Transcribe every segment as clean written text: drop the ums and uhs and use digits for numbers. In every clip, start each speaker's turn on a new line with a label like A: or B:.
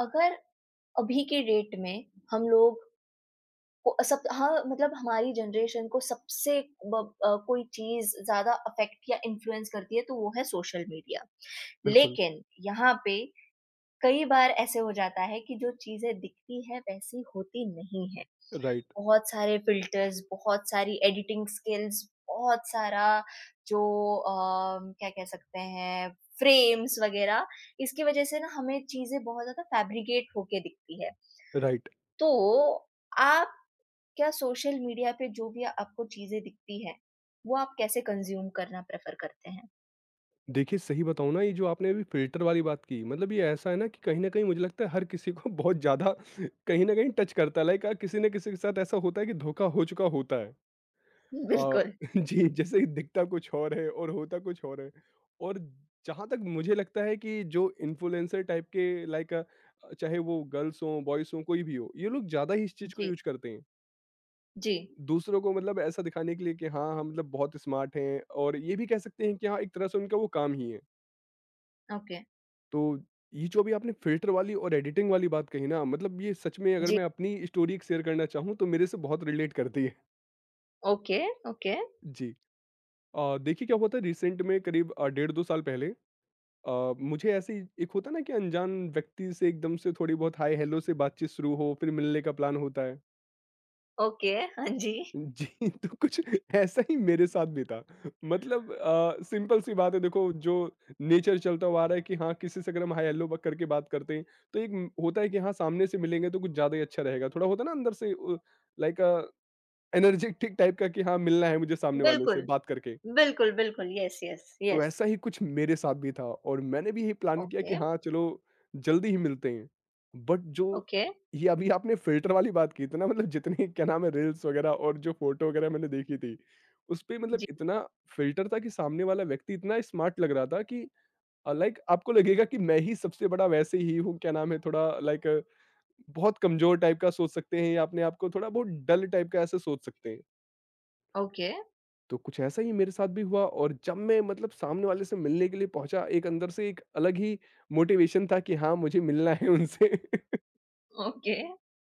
A: अगर अभी के डेट में हम लोग को सब हाँ मतलब हमारी जनरेशन को सबसे कोई चीज ज्यादा अफेक्ट या इन्फ्लुएंस करती है तो वो है सोशल मीडिया।
B: बिल्कुल,
A: लेकिन यहाँ पे कई बार ऐसे हो जाता है कि जो चीज़ें दिखती हैं वैसी होती नहीं है।
B: राइट,
A: बहुत सारे फ़िल्टर्स, बहुत सारी एडिटिंग स्किल्स, बहुत सारा जो क्या कह सकते हैं फ़्रेम्स वग़ैरह, इसकी वज़ह से ना हमें चीज़ें बहुत ज़्यादा फ़ैब्रिकेट होके दिखती है।
B: राइट।
A: तो आप क्या सोशल मीडिया पे जो भी आपको चीज़ें दिखती हैं, वो आप कैसे कंज़्यूम करना प्रेफ़र करते हैं?
B: देखिए, सही बताऊँ ना, ये जो आपने अभी फ़िल्टर वाली बात की, मतलब ये ऐसा है ना कि कहीं न कहीं मुझे लगता है हर किसी को बहुत ज़्यादा कहीं न कहीं टच करता है। लाइक किसी न किसी के साथ ऐसा होता है कि धोखा हो चुका होता है। अ,
A: बिल्कुल।
B: जी, जैसे कि दिखता कुछ और है और होता कुछ और है। और जहाँ तक मुझे लगता है कि जो इन्फ्लुएंसर टाइप के लाइक चाहे वो गर्ल्स हों, बॉयज़ हों, कोई भी हो, ये लोग ज़्यादा ही इस चीज़ को
A: जी।
B: यूज़ करते हैं।
A: जी।
B: दूसरों को मतलब ऐसा दिखाने के लिए कि हाँ, हम मतलब बहुत स्मार्ट हैं, और ये भी कह सकते हैं कि हाँ, एक तरह से उनका वो काम ही है।
A: ओके।
B: तो ये जो अभी आपने फ़िल्टर वाली और एडिटिंग वाली बात कही ना, मतलब ये सच में अगर
A: जी।
B: मैं अपनी स्टोरी एक शेयर करना चाहूँ तो मेरे से बहुत रिलेट करती है।
A: Okay, okay.
B: जी। देखिए क्या हुआ था, रिसेंट में करीब डेढ़ 2 साल पहले मुझे ऐसे ही, एक होता है ना कि अनजान व्यक्ति से एकदम से थोड़ी बहुत हाय हेलो से बातचीत शुरू हो, फिर मिलने का प्लान होता है।
A: ओके, हाँ जी।
B: जी, तो कुछ ऐसा ही मेरे साथ भी था। मतलब सिंपल सी बात है, देखो जो नेचर चलता हुआ आ रहा है कि हाँ, किसी से अगर हम हाय हेलो ब करके बात करते हैं, तो एक म होता है कि हाँ, सामने से मिलेंगे तो कुछ ज़्यादा ही अच्छा रहेगा। थोड़ा होता है ना अंदर से लाइक एनर्जेटिक टाइप का कि हाँ, मिलना है मुझे सामने वाले से
A: बिल्कुल,
B: बात करके।
A: बिल्कुल, बिल्कुल। यस, यस,
B: तो
A: यस।
B: ऐसा ही कुछ मेरे साथ भी था, और मैंने भी यही प्लान किया कि
A: ओके,
B: हाँ चलो जल्दी ही मिलते हैं। बट जो
A: ओके,
B: ये अभी आपने फिल्टर वाली बात की थी ना, मतलब जितने क्या नाम है रील्स वगैरह, और जो फोटो वगैरह मैंने देखी थी उस पे मतलब
A: जी,
B: इतना फिल्टर था कि सामने वाला व्यक्ति इतना स्मार्ट लग रहा था कि, लाइक, आपको लगेगा कि मैं ही सबसे बड़ा वैसे ही हूँ, क्या नाम है, थोड़ा लाइक बहुत कमजोर टाइप का सोच सकते हैं, या अपने आप को थोड़ा बहुत डल टाइप का ऐसे सोच सकते हैं।
A: ओके,
B: तो कुछ ऐसा ही मेरे साथ भी हुआ, और जब मैं मतलब सामने वाले से मिलने के लिए पहुंचा, एक अंदर से एक अलग ही मोटिवेशन था कि हाँ, मुझे मिलना है उनसे।
A: ओके,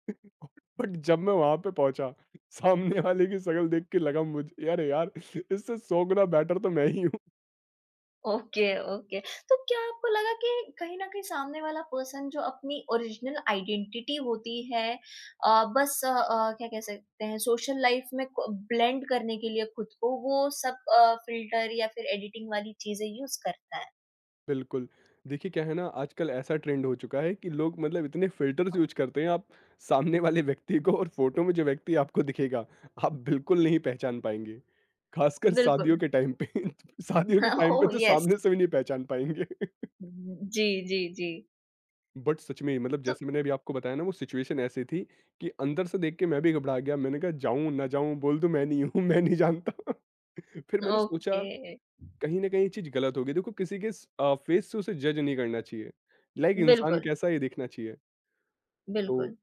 B: बट जब मैं वहाँ पे पहुँचा, सामने वाले की शक्ल देख के लगा मुझे, अरे यार! इससे 100 गुना बेटर तो मैं ही हूँ।
A: Okay, okay. तो क्या आपको लगा कि कहीं न कहीं सामने वाला पर्सन जो अपनी ओरिजिनल आइडेंटिटी होती है, क्या कह सकते हैं सोशल लाइफ में को ब्लेंड करने के लिए खुद को वो सब फ़िल्टर या फिर एडिटिंग वाली चीज़ें यूज़ करता है।
B: बिल्कुल। देखिए क्या है ना, आजकल ऐसा ट्रेंड हो चुका है कि लोग मतलब इतने फ़िल्टर्स यूज़ करते हैं, आप सामने वाले व्यक्ति को और फ़ोटो में जो व्यक्ति आपको दिखेगा, आप बिल्कुल नहीं पहचान पाएँगे। ख़ासकर
A: बिल्कुल।
B: शादियों के टाइम पे शादियों के टाइम
A: ओह!
B: पे तो
A: यस।
B: सामने से भी नहीं पहचान पाएँगे।
A: जी, जी, जी।
B: बट सच में, मतलब,
A: तो
B: जैसे मैंने अभी आपको बताया ना, वो सिचुएशन ऐसी थी कि अंदर से देख के मैं भी घबरा गया। मैंने कहा, जाऊँ, ना जाऊँ, बोल दूँ मैं नहीं हूँ, मैं नहीं जानता। फिर मैंने सोचा
A: ओके।
B: कहीं न कहीं ये चीज़ गलत होगी। देखो, किसी के फेस से उसे जज नहीं करना चाहिए। लाइक इंसान
A: बिल्कुल,
B: कैसा है ये देखना चाहिए। तो
A: बिल्कुल।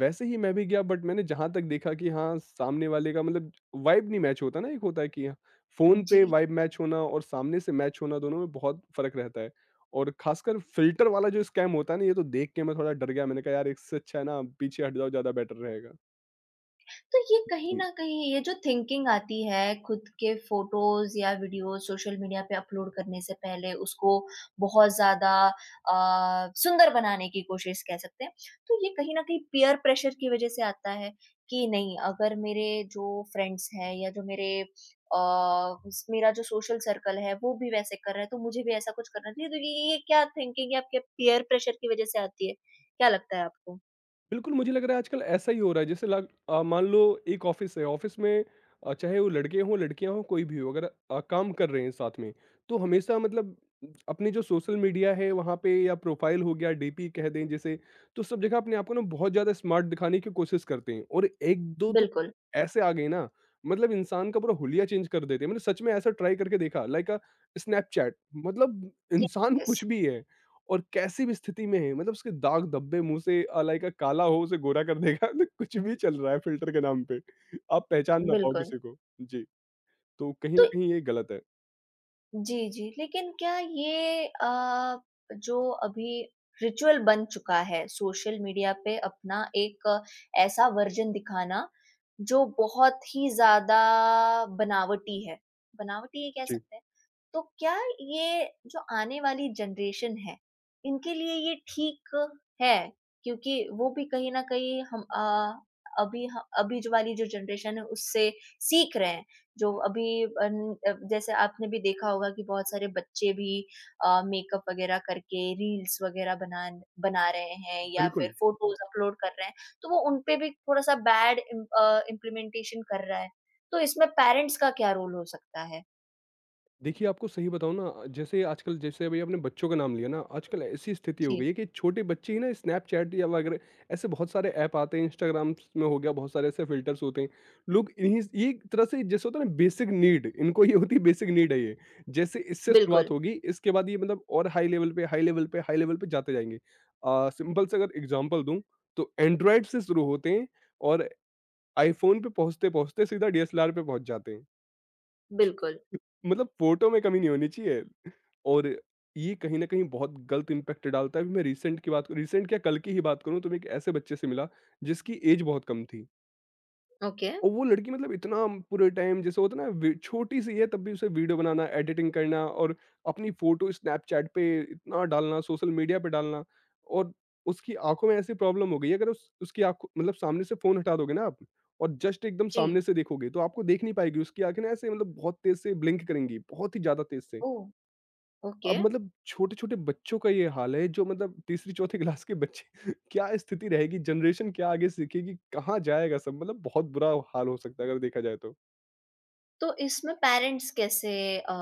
B: वैसे ही मैं भी गया, बट मैंने जहाँ तक देखा कि हाँ, सामने वाले का मतलब वाइब नहीं मैच होता ना, एक होता है कि हाँ, फ़ोन पे
A: जी,
B: वाइब मैच होना और सामने से मैच होना, दोनों में बहुत फ़र्क रहता है। और ख़ासकर फ़िल्टर वाला जो स्कैम होता है ना, ये तो देख के मैं थोड़ा डर गया। मैंने कहा, यार, इससे अच्छा है ना पीछे हट जाओ, ज़्यादा बेटर रहेगा।
A: तो ये कहीं
B: जी।
A: न कहीं ये जो थिंकिंग आती है खुद के फ़ोटोज़ या वीडियोज़ सोशल मीडिया पे अपलोड करने से पहले उसको बहुत ज़्यादा सुंदर बनाने की कोशिश कह सकते हैं। तो ये कहीं न कहीं पीयर प्रेशर की वज़ह से आता है कि नहीं, अगर मेरे जो फ्रेंड्स हैं या जो मेरे अ, स मेरा जो सोशल सर्कल है वो भी वैसे कर रहा है तो मुझे भी ऐसा कुछ करना चाहिए। तो ये क्या थिंकिंग है, आपके पीयर प्रेशर की वज़ह से आती है? क्या लगता है आपको?
B: बिल्कुल, मुझे लग रहा है आजकल ऐसा ही हो रहा है। जैसे मान लो एक ऑफिस है, ऑफिस में चाहे वो लड़के हों, लड़कियाँ हों, कोई भी हो, अगर काम कर रहे हैं साथ में, तो हमेशा मतलब अपने जो सोशल मीडिया है वहाँ पे, या प्रोफाइल हो गया, डीपी कह दें जैसे, तो सब जगह अपने आप को ना बहुत ज़्यादा स्मार्ट दिखाने की कोशिश करते हैं, और 1-2 तो
A: बिल्कुल।
B: ऐसे आ गए ना, मतलब इंसान का पूरा हुलिया चेंज कर देते हैं। मैंने सच में ऐसा ट्राई करके देखा, लाइक स्नैपचैट, मतलब
A: ये
B: इंसान कुछ
A: यस,
B: भी है, और कैसी भी स्थिति में है, मतलब उसके दाग धब्बे मुँह से, लाइक, काला हो उसे गोरा कर देगा। तो कुछ भी चल रहा है फ़िल्टर के नाम पे। आप पहचान ना पाओ
A: बिल्कुल।
B: किसी को। जी, तो कहीं न
A: तो
B: कहीं ये गलत है।
A: जी, जी, लेकिन क्या ये जो अभी रिचुअल बन चुका है सोशल मीडिया पे अपना एक ऐसा वर्ज़न दिखाना, जो बहुत ही ज़्यादा बनावटी है, बनावटी ये कह
B: जी,
A: सकते हैं। तो क्या ये जो आने वाली जनरेशन है, इनके लिए ये ठीक है? क्योंकि वो भी कहीं न कहीं हम अ, अभी ह अभी जो वाली जो जनरेशन है उससे सीख रहे हैं। जो अभी अन जैसे आपने भी देखा होगा कि बहुत सारे बच्चे भी मेकअप वगैरह करके रील्स वगैरह बना बना रहे हैं या फिर
B: बिल्कुल।
A: फोटोज अपलोड कर रहे हैं, तो वो उन पे भी थोड़ा-सा इम्प्लीमेंटेशन कर रहा है। तो इसमें पेरेंट्स का क्या रोल हो सकता है?
B: देखिए, आपको सही बताऊँ ना, जैसे आजकल, जैसे अभी आपने बच्चों का नाम लिया ना, आजकल ऐसी स्थिति हो गई
A: जी,
B: है कि छोटे बच्चे ही ना, स्नैपचैट या वगैरह, ऐसे बहुत सारे ऐप आते हैं, इंस्टाग्राम में हो गया, बहुत सारे ऐसे फ़िल्टर्स होते हैं। लोग इन्हीं स ये एक तरह से जैसे होता है ना बेसिक नीड, इनको ये होती है, बेसिक नीड है ये। जैसे इससे शुरुआत
A: बिल्कुल,
B: होगी, इसके बाद ये मतलब और हाई लेवल पे, हाई लेवल पे, हाई लेवल पे जाते जाएँगे। सिंपल से अगर एग्ज़ाम्पल दूँ, तो एंड्रॉयड से शुरू होते हैं और आईफ़ोन पे पहुँचते-पहुँचते सीधा डीएसएलआर पे पहुँच जाते हैं।
A: बिल्कुल।
B: मतलब फ़ोटो में कमी नहीं होनी चाहिए। और ये कहीं न कहीं बहुत गलत इम्पैक्ट डालता है। अभी मैं रिसेंट की बात करूँ, रिसेंट क्या, कल की ही बात करूँ, तो मैं एक ऐसे बच्चे से मिला जिसकी एज बहुत कम थी।
A: ओके।
B: और वो लड़की, मतलब इतना पूरे टाइम, जैसे होता है ना, वी छोटी-सी है तब भी उसे वीडियो बनाना, एडिटिंग करना, और अपनी फ़ोटो स्नैपचैट पे इतना डालना, सोशल मीडिया पे डालना, और उसकी आँखों में ऐसी प्रॉब्लम हो गई है, अगर उस उसकी आँखों मतलब, सामने से फ़ोन हटा दोगे ना आप, और जस्ट एकदम
A: जी।
B: सामने से देखोगे, तो आपको देख नहीं पाएगी, उसकी आँखें ना ऐसे मतलब बहुत तेज़ से ब्लिंक करेंगी, बहुत ही ज़्यादा तेज़ से।
A: ओह! ओके।
B: अब मतलब छोटे-छोटे बच्चों का ये हाल है, जो मतलब तीसरी चौथी क्लास के बच्चे क्या स्थिति रहेगी, जनरेशन क्या आगे सीखेगी, कहाँ जाएगा सब? मतलब बहुत बुरा हाल हो सकता है अगर देखा जाए तो।
A: तो इसमें पेरेंट्स कैसे अ,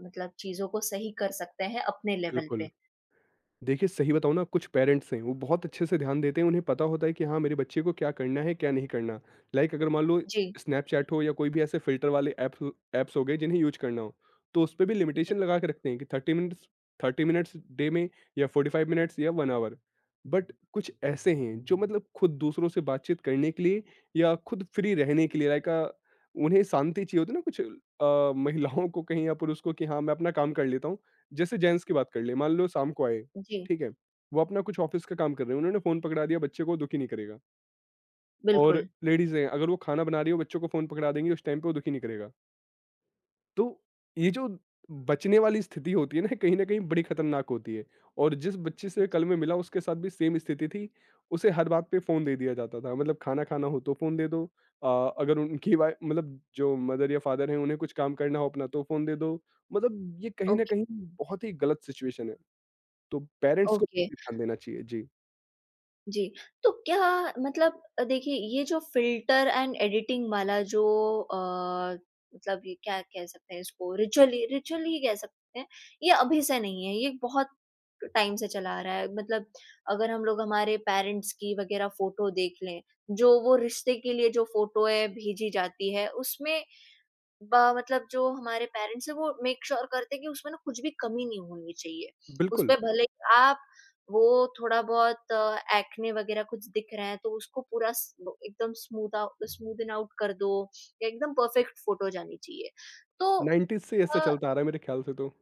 A: मतलब चीज़ों को सही कर सकते हैं अपने लेवल
B: बिल्कुल।
A: पे?
B: देखिए, सही बताऊँ ना, कुछ पेरेंट्स हैं, वो बहुत अच्छे से ध्यान देते हैं, उन्हें पता होता है कि हाँ, मेरे बच्चे को क्या करना है, क्या नहीं करना। लाइक अगर मान लो
A: जी,
B: स्नैपचैट हो, या कोई भी ऐसे फ़िल्टर वाले ऐप्स ऐप्स हो गए जिन्हें यूज़ करना हो, तो उस पे भी
A: जी,
B: लिमिटेशन लगा के रखते हैं कि 30 मिनट्स डे में, या 45 मिनट्स या 1 आवर। बट कुछ ऐसे हैं जो मतलब खुद दूसरों से बातचीत करने के लिए या खुद फ्री रहने के लिए, लाइक उन्हें शांति चाहिए होती है ना, कुछ महिलाओं को कहीं, या पुरुष को, कि हाँ, मैं अपना काम कर लेता हूँ। जैसे जेंट्स की बात कर लें, मान लो शाम को आए,
A: जी,
B: ठीक है? वो अपना कुछ ऑफ़िस का काम कर रहे हैं, उन्होंने फ़ोन पकड़ा दिया बच्चे को, वो दुखी नहीं करेगा। और
A: बिल्कुल।
B: लेडीज़ हैं, अगर वो खाना बना रही है, वो बच्चों को फ़ोन पकड़ा देंगी, उस टाइम पे वो दुखी नहीं करेगा। तो ये जो बचने वाली स्थिति होती है ना, कहीं न कहीं बड़ी खतरनाक होती है, और जिस बच्चे से कल मैं मिला, उसके साथ भी सेम स्थिति थी। उसे हर बात पे फ़ोन दे दिया जाता था, मतलब खाना खाना हो तो फ़ोन दे दो, अ, अगर उनकी वाइ मतलब जो मदर या फ़ादर हैं, उन्हें कुछ काम करना हो अपना, तो फ़ोन दे दो। मतलब ये कहीं न
A: ओके।
B: कहीं बहुत ही गलत सिचुएशन है, तो पेरेंट्स को
A: ओके,
B: ध्यान देना चाहिए। जी,
A: जी। तो क्या मतलब देखिए ये जो फ़िल्टर एंड एडिटिंग वाला जो अ, मतलब ये क्या कह सकते हैं इसको, रिचुअल ही कह सकते हैं, ये अभी से नहीं है, ये बहुत टाइम से चला आ रहा है। मतलब अगर हम लोग हमारे पेरेंट्स की वग़ैरह फ़ोटो देख लें, जो वो रिश्ते के लिए जो फ़ोटोएँ भेजी जाती है, उसमें ब मतलब जो हमारे पेरेंट्स हैं वो मेक श्योर करते हैं कि उसमें ना कुछ भी कमी नहीं होनी चाहिए।
B: बिल्कुल।
A: उसपे भले ही आप वो थोड़ा बहुत एक्ने वगैरह कुछ दिख रहा है तो उसको पूरा स ब एकदम स्मूथ आउ स्मूदन आउट कर दो या एकदम परफेक्ट फ़ोटो जानी चाहिए। तो
B: 90s से ऐसा
A: अ,
B: चलता आ रहा है मेरे ख्याल से तो।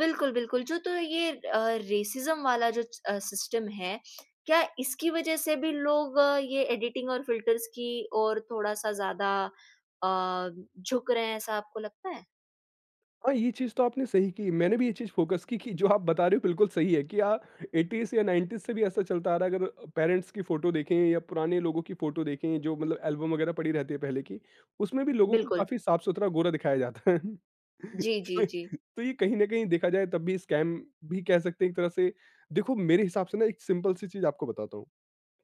A: बिल्कुल, बिल्कुल जो तो ये रेसिज़्म वाला जो सिस्टम है, क्या इसकी वजह से भी लोग ये एडिटिंग और फ़िल्टर्स की ओर थोड़ा-सा ज़्यादा अ, झुक रहे हैं, ऐसा आपको लगता है?
B: हाँ, ये चीज़ तो आपने सही की, मैंने भी ये चीज़ फ़ोकस की कि जो आप बता रहे हो बिल्कुल सही है, कि 80s या 90s से भी ऐसा चलता आ रहा है, अगर पेरेंट्स की फ़ोटो देखें या पुराने लोगों की फ़ोटो देखें, जो मतलब एल्बम वगैरह पड़ी रहती है पहले की, उसमें भी लोगों को
A: बिल्कुल।
B: काफ़ी साफ-सुथरा गोरा दिखाया जाता है।
A: जी, जी,
B: तो
A: जी।
B: तो ये कहीं न कहीं, देखा जाए, तब भी स्कैम भी कह सकते हैं एक तरह से। देखो मेरे हिसाब से ना, एक सिंपल सी चीज़ आपको बताता हूँ।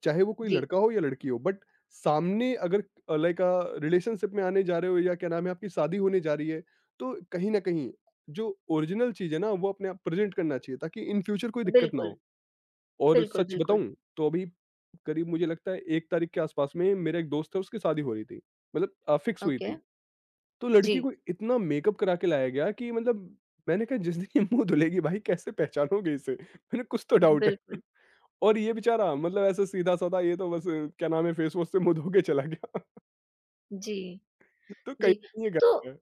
B: चाहे वो कोई
A: जी,
B: लड़का हो या लड़की हो, बट सामने अगर, लाइक, रिलेशनशिप में आने जा रहे हो, या क्या नाम है, आपकी शादी होने जा रही है, तो कहीं ना कहीं जो ओरिजिनल चीज है ना, वो अपने आप प्रेजेंट करना चाहिए, ताकि इन फ्यूचर कोई दिक्कत ना
A: बिल्कुल।
B: हो। और
A: बिल्कुल,
B: सच
A: बिल्कुल।
B: बताऊं तो, अभी करीब मुझे लगता है एक तारीख के आसपास में, मेरा एक दोस्त है, उसकी शादी हो रही थी, मतलब फिक्स हुई
A: ओके।
B: थी। तो
A: जी,
B: लड़की को इतना मेकअप करा के लाया गया, कि मतलब मैंने कहा, जिस दिन ये मुंह धुलेगी, भाई कैसे पहचानोगे इसे? मैंने कुछ तो डाउट है।
A: बिल्कुल।
B: और ये बेचारा मतलब ऐसे सीधा-साधा ये तो बस क्या नाम है, फेस वॉश से मुँह धो के चला गया।
A: जी,
B: तो कहीं
A: जी।
B: न कहीं ये
A: तो
B: गलत है।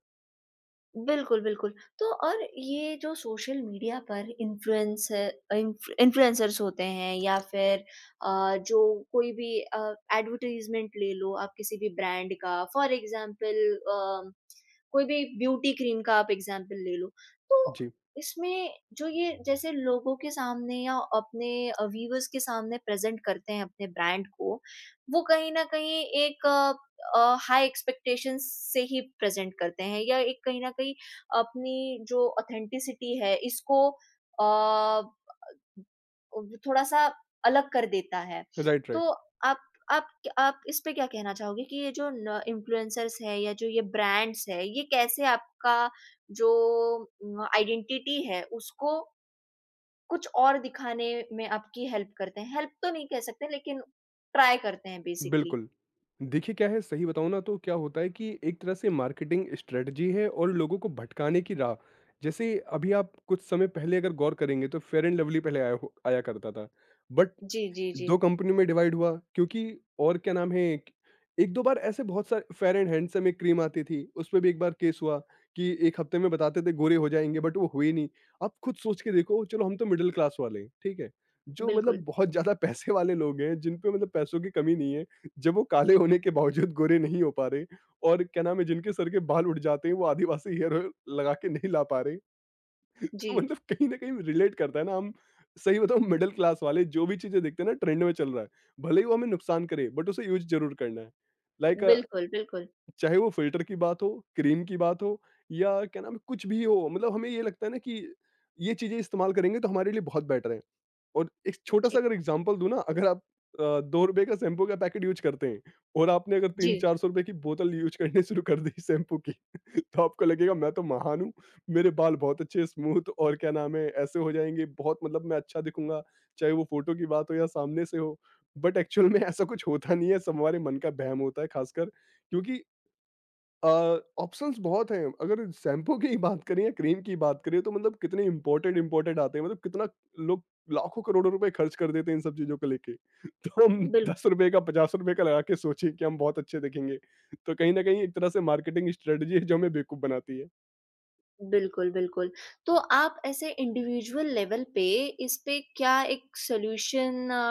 A: बिल्कुल, बिल्कुल। तो और ये जो सोशल मीडिया पर इन्फ्लुएंसर्स होते हैं या फिर जो कोई भी एडवर्टाइज़मेंट ले लो आप, किसी भी ब्रांड का, फॉर एग्ज़ाम्पल अ, कोई भी ब्यूटी क्रीम का आप एग्ज़ाम्पल ले लो। तो
B: जी।
A: इसमें जो ये जैसे लोगों के सामने या अपने व्यूअर्स के सामने प्रेज़ेंट करते हैं अपने ब्रांड को, वो कहीं न कहीं एक अ, हाई एक्सपेक्टेशंस से ही प्रेज़ेंट करते हैं या एक कहीं न कहीं अपनी जो ऑथेंटिसिटी है इसको अ, व थोड़ा-सा अलग कर देता है।
B: Right, right.
A: तो आप आप आप इस पे क्या कहना चाहोगे कि ये जो न इन्फ्लुएंसर्स हैं या जो ये ब्रांड्स हैं, ये कैसे आपका जो आइडेंटिटी है उसको कुछ और दिखाने में आपकी हेल्प करते हैं? हेल्प तो नहीं कह सकते लेकिन ट्राई करते हैं बेसिकली।
B: बिल्कुल। देखिए क्या है, सही बताऊँ ना, तो क्या होता है कि एक तरह से मार्केटिंग स्ट्रेटजी है और लोगों को भटकाने की राह। जैसे अभी आप कुछ समय पहले अगर गौर करेंगे तो फेयर एंड लवली पहले आया करता था। बट
A: जी, जी, जी।
B: 2 कंपनियों में डिवाइड हुआ, क्योंकि और क्या नाम है, एक 1-2 बार ऐसे बहुत सारे, फेयर एंड हैंडसम एक क्रीम आती थी, उसपे भी एक बार केस हुआ कि 1 हफ्ते में बताते थे गोरे हो जाएँगे, बट वो हुए नहीं। आप खुद सोच के देखो, चलो, हम तो मिडल क्लास वाले हैं, ठीक है? जो
A: बिल्कुल।
B: मतलब बहुत ज़्यादा पैसे वाले लोग हैं जिन पे मतलब पैसों की कमी नहीं है, जब वो काले होने के बावजूद गोरे नहीं हो पा रहे, और क्या नाम है, जिनके सर के बाल उड़ जाते हैं वो आदिवासी हेयर ऑयल लगा के नहीं ला पा रहे।
A: जी।
B: तो मतलब कहीं न कहीं रिलेट करता है ना हम। सही बताऊँ, मिडल क्लास वाले जो भी चीज़ें देखते हैं ना ट्रेंड में चल रहा है, भले ही वो हमें नुकसान करे, बट उसे यूज़ ज़रूर करना है। लाइक
A: बिल्कुल, बिल्कुल।
B: चाहे वो फ़िल्टर की बात हो, क्रीम की बात हो या क्या नाम है, कुछ भी हो, मतलब हमें ये लगता है ना कि ये चीज़ें इस्तेमाल करेंगे तो हमारे लिए बहुत बेटर है। और एक
A: जी,
B: छोटा-सा अगर एग्ज़ाम्पल दूँ ना, अगर आप ₹2 का शैम्पू का पैकेट यूज़ करते हैं और आपने अगर
A: जी।
B: 300-400 की बोतल यूज़ करनी शुरू कर दी शैम्पू की, तो आपको लगेगा मैं तो महान हूँ, मेरे बाल बहुत अच्छे स्मूथ और क्या नाम है, ऐसे हो जाएँगे, बहुत मतलब मैं अच्छा दिखूँगा, चाहे वो फ़ोटो की बात हो या सामने से हो। बट एक्चुअल में ऐसा कुछ होता नहीं है, सब हमारे मन का वहम होता है, खासकर क्योंकि अ, ऑप्शंस बहुत हैं, अगर शैम्पू की ही बात करें या क्रीम की बात करें, तो मतलब कितने इम्पोर्टेड इम्पोर्टेड आते हैं, मतलब कितना लोग लाखों करोड़ों रुपए खर्च कर देते हैं इन सब चीज़ों को लेके। तो हम
A: बिल
B: ₹10 का ₹50 का लगा के सोचें कि हम बहुत अच्छे दिखेंगे, तो कहीं न कहीं एक तरह से मार्केटिंग स्ट्रेटजी है जो हमें बेवकूफ़ बनाती है।
A: बिल्कुल, बिल्कुल। तो आप ऐसे इंडिविजुअल लेवल पे इस पे क्या एक सॉल्यूशन अ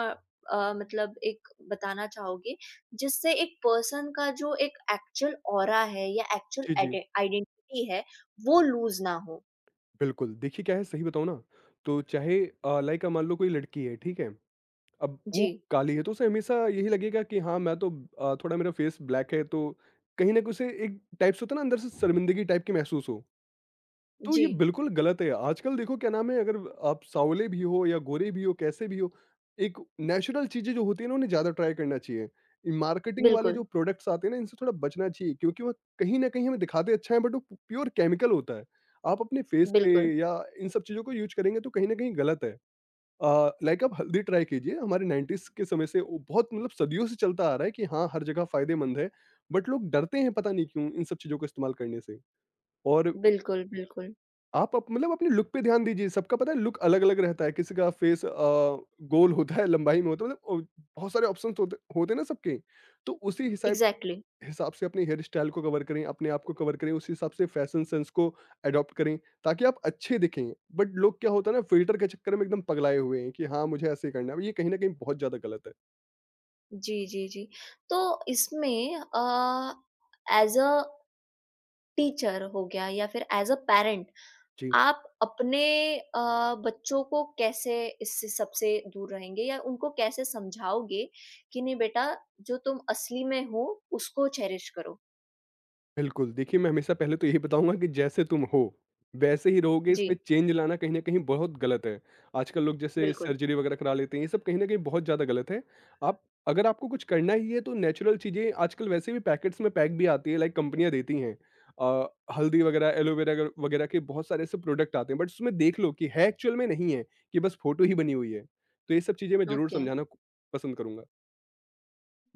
A: अ, मतलब एक बताना चाहोगे, जिससे एक पर्सन का जो एक एक्चुअल ऑरा है या एक्चुअल
B: जी, जी।
A: आइडे आइडेंटिटी है, वो लूज़ ना हो?
B: बिल्कुल, देखिए क्या है, सही बताऊँ ना, तो चाहे लाइक मान लो कोई लड़की है, ठीक है? अब वो
A: जी,
B: काली है तो उसे हमेशा यही लगेगा कि हाँ मैं तो थोड़ा मेरा फेस ब्लैक है, तो कहीं ना कहीं उसे एक टाइप से होता है ना, अंदर से शर्मिंदगी टाइप की महसूस हो। तो
A: जी।
B: ये बिल्कुल गलत है। आजकल देखो क्या नाम है, अगर आप सांवले भी हो या गोरे भी हो, कैसे भी हो, एक नेचुरल चीजें जो होती है ना उन्हें ज्यादा ट्राई करना चाहिए। मार्केटिंग वाले
A: बिल्कुल,
B: जो प्रोडक्ट्स आते हैं ना इनसे थोड़ा बचना चाहिए, क्योंकि वह कहीं ना कहीं हमें दिखाते अच्छा है, बट वो प्योर केमिकल होता है। आप अपने फेस पे
A: बिल्कुल,
B: या इन सब चीजों को यूज करेंगे तो कहीं ना कहीं गलत है। अ, लाइक आप हल्दी ट्राई कीजिए, हमारे 90s के समय से वो बहुत मतलब सदियों से चलता आ रहा है कि हाँ, हर जगह फ़ायदेमंद है, बट लोग डरते हैं पता नहीं क्यों इन सब चीज़ों का इस्तेमाल करने से। और
A: बिल्कुल, बिल्कुल।
B: आप अप मतलब अपने लुक पे ध्यान दीजिए, सबका पता है लुक अलग-अलग रहता है, किसी का फेस गोल होता है, लंबाई में होता है, मतलब बहुत सारे ऑप्शंस होते होते हैं ना सबके, तो उसी हिसाब
A: इग्ज़ैक्टली।
B: हिसाब से अपने हेयर स्टाइल को कवर करें, अपने आप को कवर करें, उसी हिसाब से फैशन सेंस को अडॉप्ट करें ताकि आप अच्छे दिखें। बट लोग क्या होता है ना, फ़िल्टर के चक्कर में एकदम पगलाए हुए हैं कि हाँ, मुझे ऐसे ही करना है। ये कहीं न कहीं बहुत ज़्यादा गलत है।
A: जी, जी, जी। तो इसमें एज़ अ टीचर हो गया या फिर एज अ पेरेंट,
B: जी।
A: आप अपने बच्चों को कैसे इससे सबसे दूर रहेंगे या उनको कैसे समझाओगे कि नहीं बेटा जो तुम असली में हो उसको चेरिश करो।
B: बिल्कुल, देखिए, मैं हमेशा पहले तो यही बताऊँगा कि जैसे तुम हो, वैसे ही रहोगे,
A: जी।
B: इसमें चेंज लाना कहीं न कहीं बहुत गलत है। आजकल लोग जैसे
A: बिल्कुल।
B: सर्जरी वगैरह करा लेते हैं, ये सब कहीं न कहीं बहुत ज़्यादा गलत है। आप अगर आपको कुछ करना ही है तो नेचुरल चीज़ें आजकल वैसे भी पैकेट्स में पैक भी आती है, लाइक कंपनियाँ देती हैं। अ, हल्दी वगैरह, एलोवेरा वगैरह के बहुत सारे ऐसे प्रोडक्ट आते हैं, बट उसमें देख लो कि है एक्चुअल में, नहीं है, कि बस फ़ोटो ही बनी हुई है। तो ये सब चीज़ें मैं ज़रूर
A: ओके।
B: समझाना क पसंद करूँगा।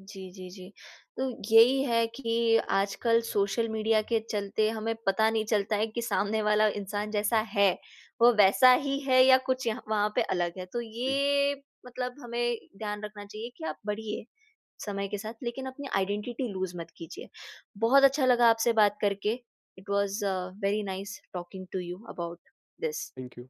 A: जी, जी, जी। तो यही है कि आजकल सोशल मीडिया के चलते हमें पता नहीं चलता है कि सामने वाला इंसान जैसा है, वो वैसा ही है या कुछ यहाँ वहाँ पे अलग है। तो
B: जी।
A: ये मतलब हमें ध्यान रखना चाहिए कि आप बढ़िए समय के साथ लेकिन अपनी आइडेंटिटी लूज़ मत कीजिए। बहुत अच्छा लगा आपसे बात करके। It was very nice talking to you about this.
B: Thank you.